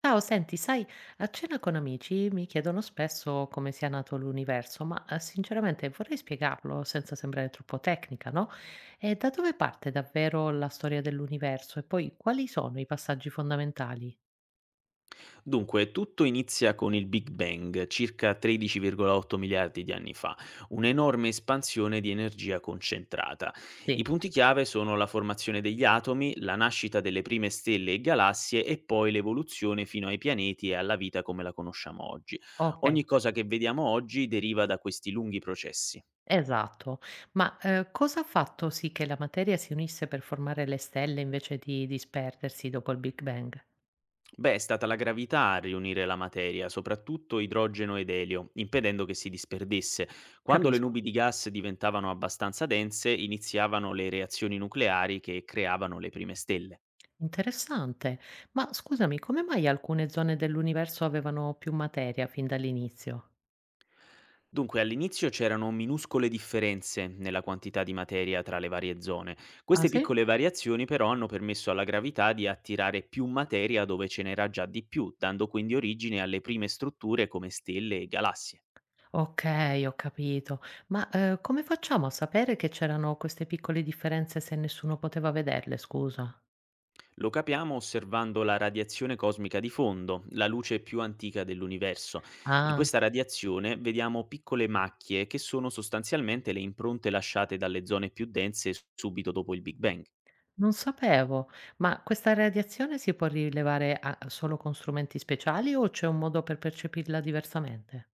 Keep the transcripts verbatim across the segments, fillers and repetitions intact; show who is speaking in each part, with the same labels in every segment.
Speaker 1: Ciao, senti, sai, a cena con amici mi chiedono spesso come sia nato l'universo, ma eh, sinceramente vorrei spiegarlo senza sembrare troppo tecnica, no? E da dove parte davvero la storia dell'universo e poi quali sono i passaggi fondamentali?
Speaker 2: Dunque, tutto inizia con il Big Bang, circa tredici virgola otto miliardi di anni fa, un'enorme espansione di energia concentrata. I
Speaker 1: Sì,
Speaker 2: punti chiave sono la formazione degli atomi, la nascita delle prime stelle e galassie e poi l'evoluzione fino ai pianeti e alla vita come la conosciamo oggi.
Speaker 1: ok,
Speaker 2: Ogni cosa che vediamo oggi deriva da questi lunghi processi.
Speaker 1: esatto. Ma eh, cosa ha fatto sì che la materia si unisse per formare le stelle invece di disperdersi dopo il Big Bang?
Speaker 2: Beh, è stata la gravità a riunire la materia, soprattutto idrogeno ed elio, impedendo che si disperdesse. Quando le
Speaker 1: Capisco.
Speaker 2: nubi di gas diventavano abbastanza dense, iniziavano le reazioni nucleari che creavano le prime stelle.
Speaker 1: Interessante. Ma scusami, come mai alcune zone dell'universo avevano più materia fin dall'inizio?
Speaker 2: Dunque, all'inizio c'erano minuscole differenze nella quantità di materia tra le varie zone.
Speaker 1: Ah
Speaker 2: Queste
Speaker 1: sì?
Speaker 2: piccole variazioni però hanno permesso alla gravità di attirare più materia dove ce n'era già di più, dando quindi origine alle prime strutture come stelle e galassie.
Speaker 1: Okay, ho capito. Ma, ehm, come facciamo a sapere che c'erano queste piccole differenze se nessuno poteva vederle, scusa?
Speaker 2: Lo capiamo osservando la radiazione cosmica di fondo, la luce più antica dell'universo. In
Speaker 1: Ah,
Speaker 2: questa radiazione vediamo piccole macchie che sono sostanzialmente le impronte lasciate dalle zone più dense subito dopo il Big Bang.
Speaker 1: non sapevo. Ma questa radiazione si può rilevare a solo con strumenti speciali o c'è un modo per percepirla diversamente?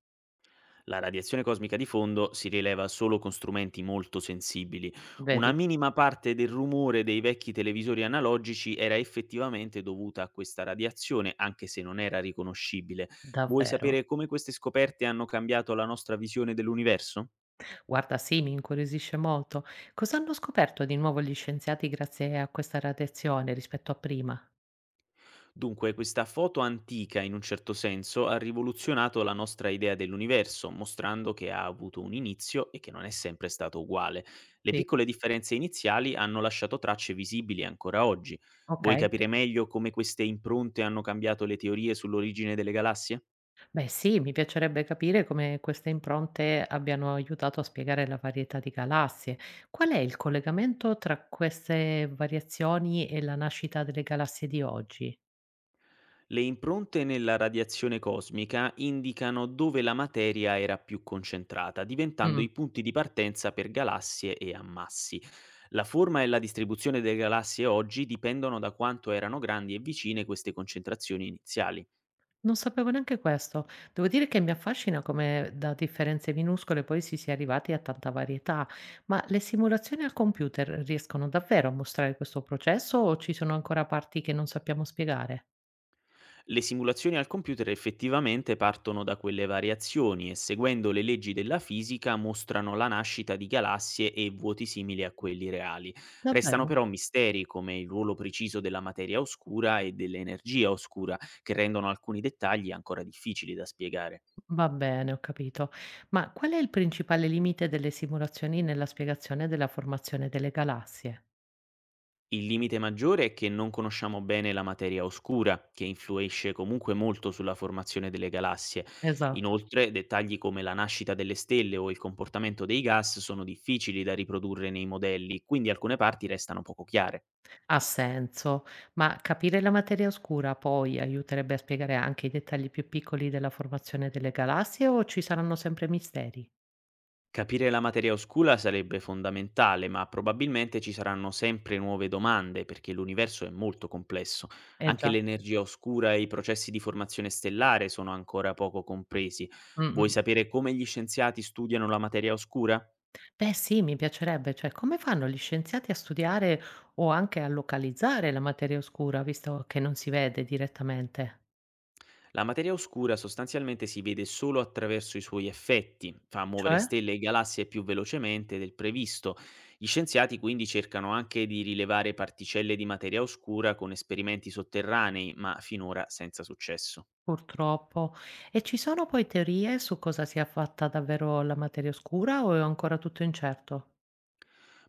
Speaker 2: La radiazione cosmica di fondo si rileva solo con strumenti molto sensibili. Una
Speaker 1: Vedi,
Speaker 2: minima parte del rumore dei vecchi televisori analogici era effettivamente dovuta a questa radiazione, anche se non era riconoscibile. Vuoi
Speaker 1: davvero?
Speaker 2: sapere come queste scoperte hanno cambiato la nostra visione dell'universo?
Speaker 1: Guarda, sì, mi incuriosisce molto. Cosa hanno scoperto di nuovo gli scienziati grazie a questa radiazione rispetto a prima?
Speaker 2: Dunque, questa foto antica, in un certo senso, ha rivoluzionato la nostra idea dell'universo, mostrando che ha avuto un inizio e che non è sempre stato uguale. Le
Speaker 1: Sì.
Speaker 2: piccole differenze iniziali hanno lasciato tracce visibili ancora oggi. Vuoi
Speaker 1: Okay.
Speaker 2: capire meglio come queste impronte hanno cambiato le teorie sull'origine delle galassie?
Speaker 1: Beh, sì, mi piacerebbe capire come queste impronte abbiano aiutato a spiegare la varietà di galassie. Qual è il collegamento tra queste variazioni e la nascita delle galassie di oggi?
Speaker 2: Le impronte nella radiazione cosmica indicano dove la materia era più concentrata, diventando i punti di partenza per galassie e ammassi. La forma e la distribuzione delle galassie oggi dipendono da quanto erano grandi e vicine queste concentrazioni iniziali.
Speaker 1: Non sapevo neanche questo. Devo dire che mi affascina come da differenze minuscole poi si sia arrivati a tanta varietà, ma le simulazioni al computer riescono davvero a mostrare questo processo o ci sono ancora parti che non sappiamo spiegare?
Speaker 2: Le simulazioni al computer effettivamente partono da quelle variazioni e seguendo le leggi della fisica mostrano la nascita di galassie e vuoti simili a quelli reali. Restano
Speaker 1: Davvero?
Speaker 2: però misteri come il ruolo preciso della materia oscura e dell'energia oscura, che rendono alcuni dettagli ancora difficili da spiegare.
Speaker 1: Va bene, ho capito. Ma qual è il principale limite delle simulazioni nella spiegazione della formazione delle galassie?
Speaker 2: Il limite maggiore è che non conosciamo bene la materia oscura, che influisce comunque molto sulla formazione delle galassie.
Speaker 1: Esatto.
Speaker 2: Inoltre, dettagli come la nascita delle stelle o il comportamento dei gas sono difficili da riprodurre nei modelli, quindi alcune parti restano poco chiare.
Speaker 1: Ha senso, ma capire la materia oscura poi aiuterebbe a spiegare anche i dettagli più piccoli della formazione delle galassie o ci saranno sempre misteri?
Speaker 2: Capire la materia oscura sarebbe fondamentale, ma probabilmente ci saranno sempre nuove domande perché l'universo è molto complesso.
Speaker 1: Eh
Speaker 2: Anche
Speaker 1: già.
Speaker 2: l'energia oscura e i processi di formazione stellare sono ancora poco compresi. Vuoi
Speaker 1: Mh-mh.
Speaker 2: sapere come gli scienziati studiano la materia oscura?
Speaker 1: Beh sì, mi piacerebbe, cioè come fanno gli scienziati a studiare o anche a localizzare la materia oscura, visto che non si vede direttamente?
Speaker 2: La materia oscura sostanzialmente si vede solo attraverso i suoi effetti, fa muovere
Speaker 1: Cioè?
Speaker 2: stelle e galassie più velocemente del previsto. Gli scienziati quindi cercano anche di rilevare particelle di materia oscura con esperimenti sotterranei, ma finora senza successo.
Speaker 1: Purtroppo. E ci sono poi teorie su cosa sia fatta davvero la materia oscura o è ancora tutto incerto?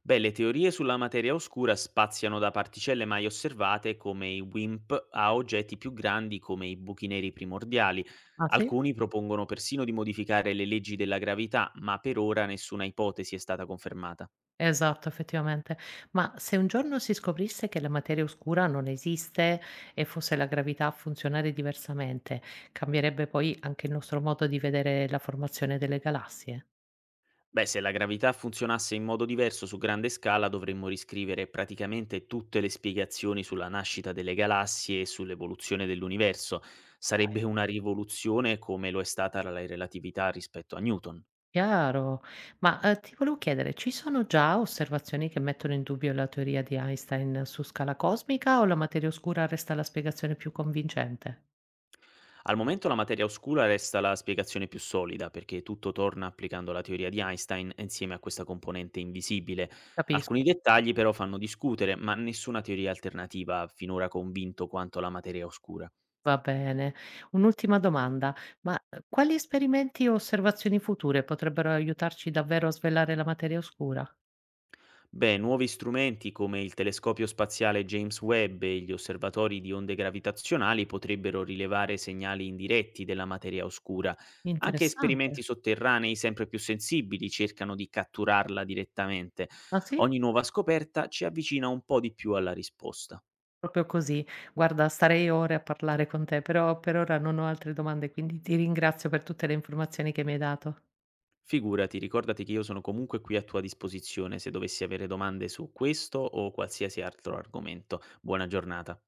Speaker 2: Beh, le teorie sulla materia oscura spaziano da particelle mai osservate come i WIMP a oggetti più grandi come i buchi neri primordiali.
Speaker 1: Ah sì?
Speaker 2: Alcuni propongono persino di modificare le leggi della gravità, ma per ora nessuna ipotesi è stata confermata.
Speaker 1: Esatto, effettivamente. Ma se un giorno si scoprisse che la materia oscura non esiste e fosse la gravità a funzionare diversamente, cambierebbe poi anche il nostro modo di vedere la formazione delle galassie?
Speaker 2: Beh, se la gravità funzionasse in modo diverso su grande scala, dovremmo riscrivere praticamente tutte le spiegazioni sulla nascita delle galassie e sull'evoluzione dell'universo. Sarebbe
Speaker 1: Dai.
Speaker 2: una rivoluzione come lo è stata la relatività rispetto a Newton.
Speaker 1: Chiaro. Ma eh, ti volevo chiedere, ci sono già osservazioni che mettono in dubbio la teoria di Einstein su scala cosmica o la materia oscura resta la spiegazione più convincente?
Speaker 2: Al momento la materia oscura resta la spiegazione più solida, perché tutto torna applicando la teoria di Einstein insieme a questa componente invisibile. Alcuni
Speaker 1: Capisco.
Speaker 2: dettagli però fanno discutere, ma nessuna teoria alternativa ha finora convinto quanto la materia oscura.
Speaker 1: Va bene. Un'ultima domanda, ma, uhm, quali esperimenti o osservazioni future potrebbero aiutarci davvero a svelare la materia oscura?
Speaker 2: Beh, nuovi strumenti come il telescopio spaziale James Webb e gli osservatori di onde gravitazionali potrebbero rilevare segnali indiretti della materia oscura. Anche esperimenti
Speaker 1: Interessante.
Speaker 2: sotterranei sempre più sensibili cercano di catturarla direttamente.
Speaker 1: Ah sì?
Speaker 2: Ogni nuova scoperta ci avvicina un po' di più alla risposta.
Speaker 1: Proprio così. Guarda, starei ore a parlare con te, però per ora non ho altre domande, quindi ti ringrazio per tutte le informazioni che mi hai dato.
Speaker 2: Figurati, ricordati che io sono comunque qui a tua disposizione se dovessi avere domande su questo o qualsiasi altro argomento. Buona giornata.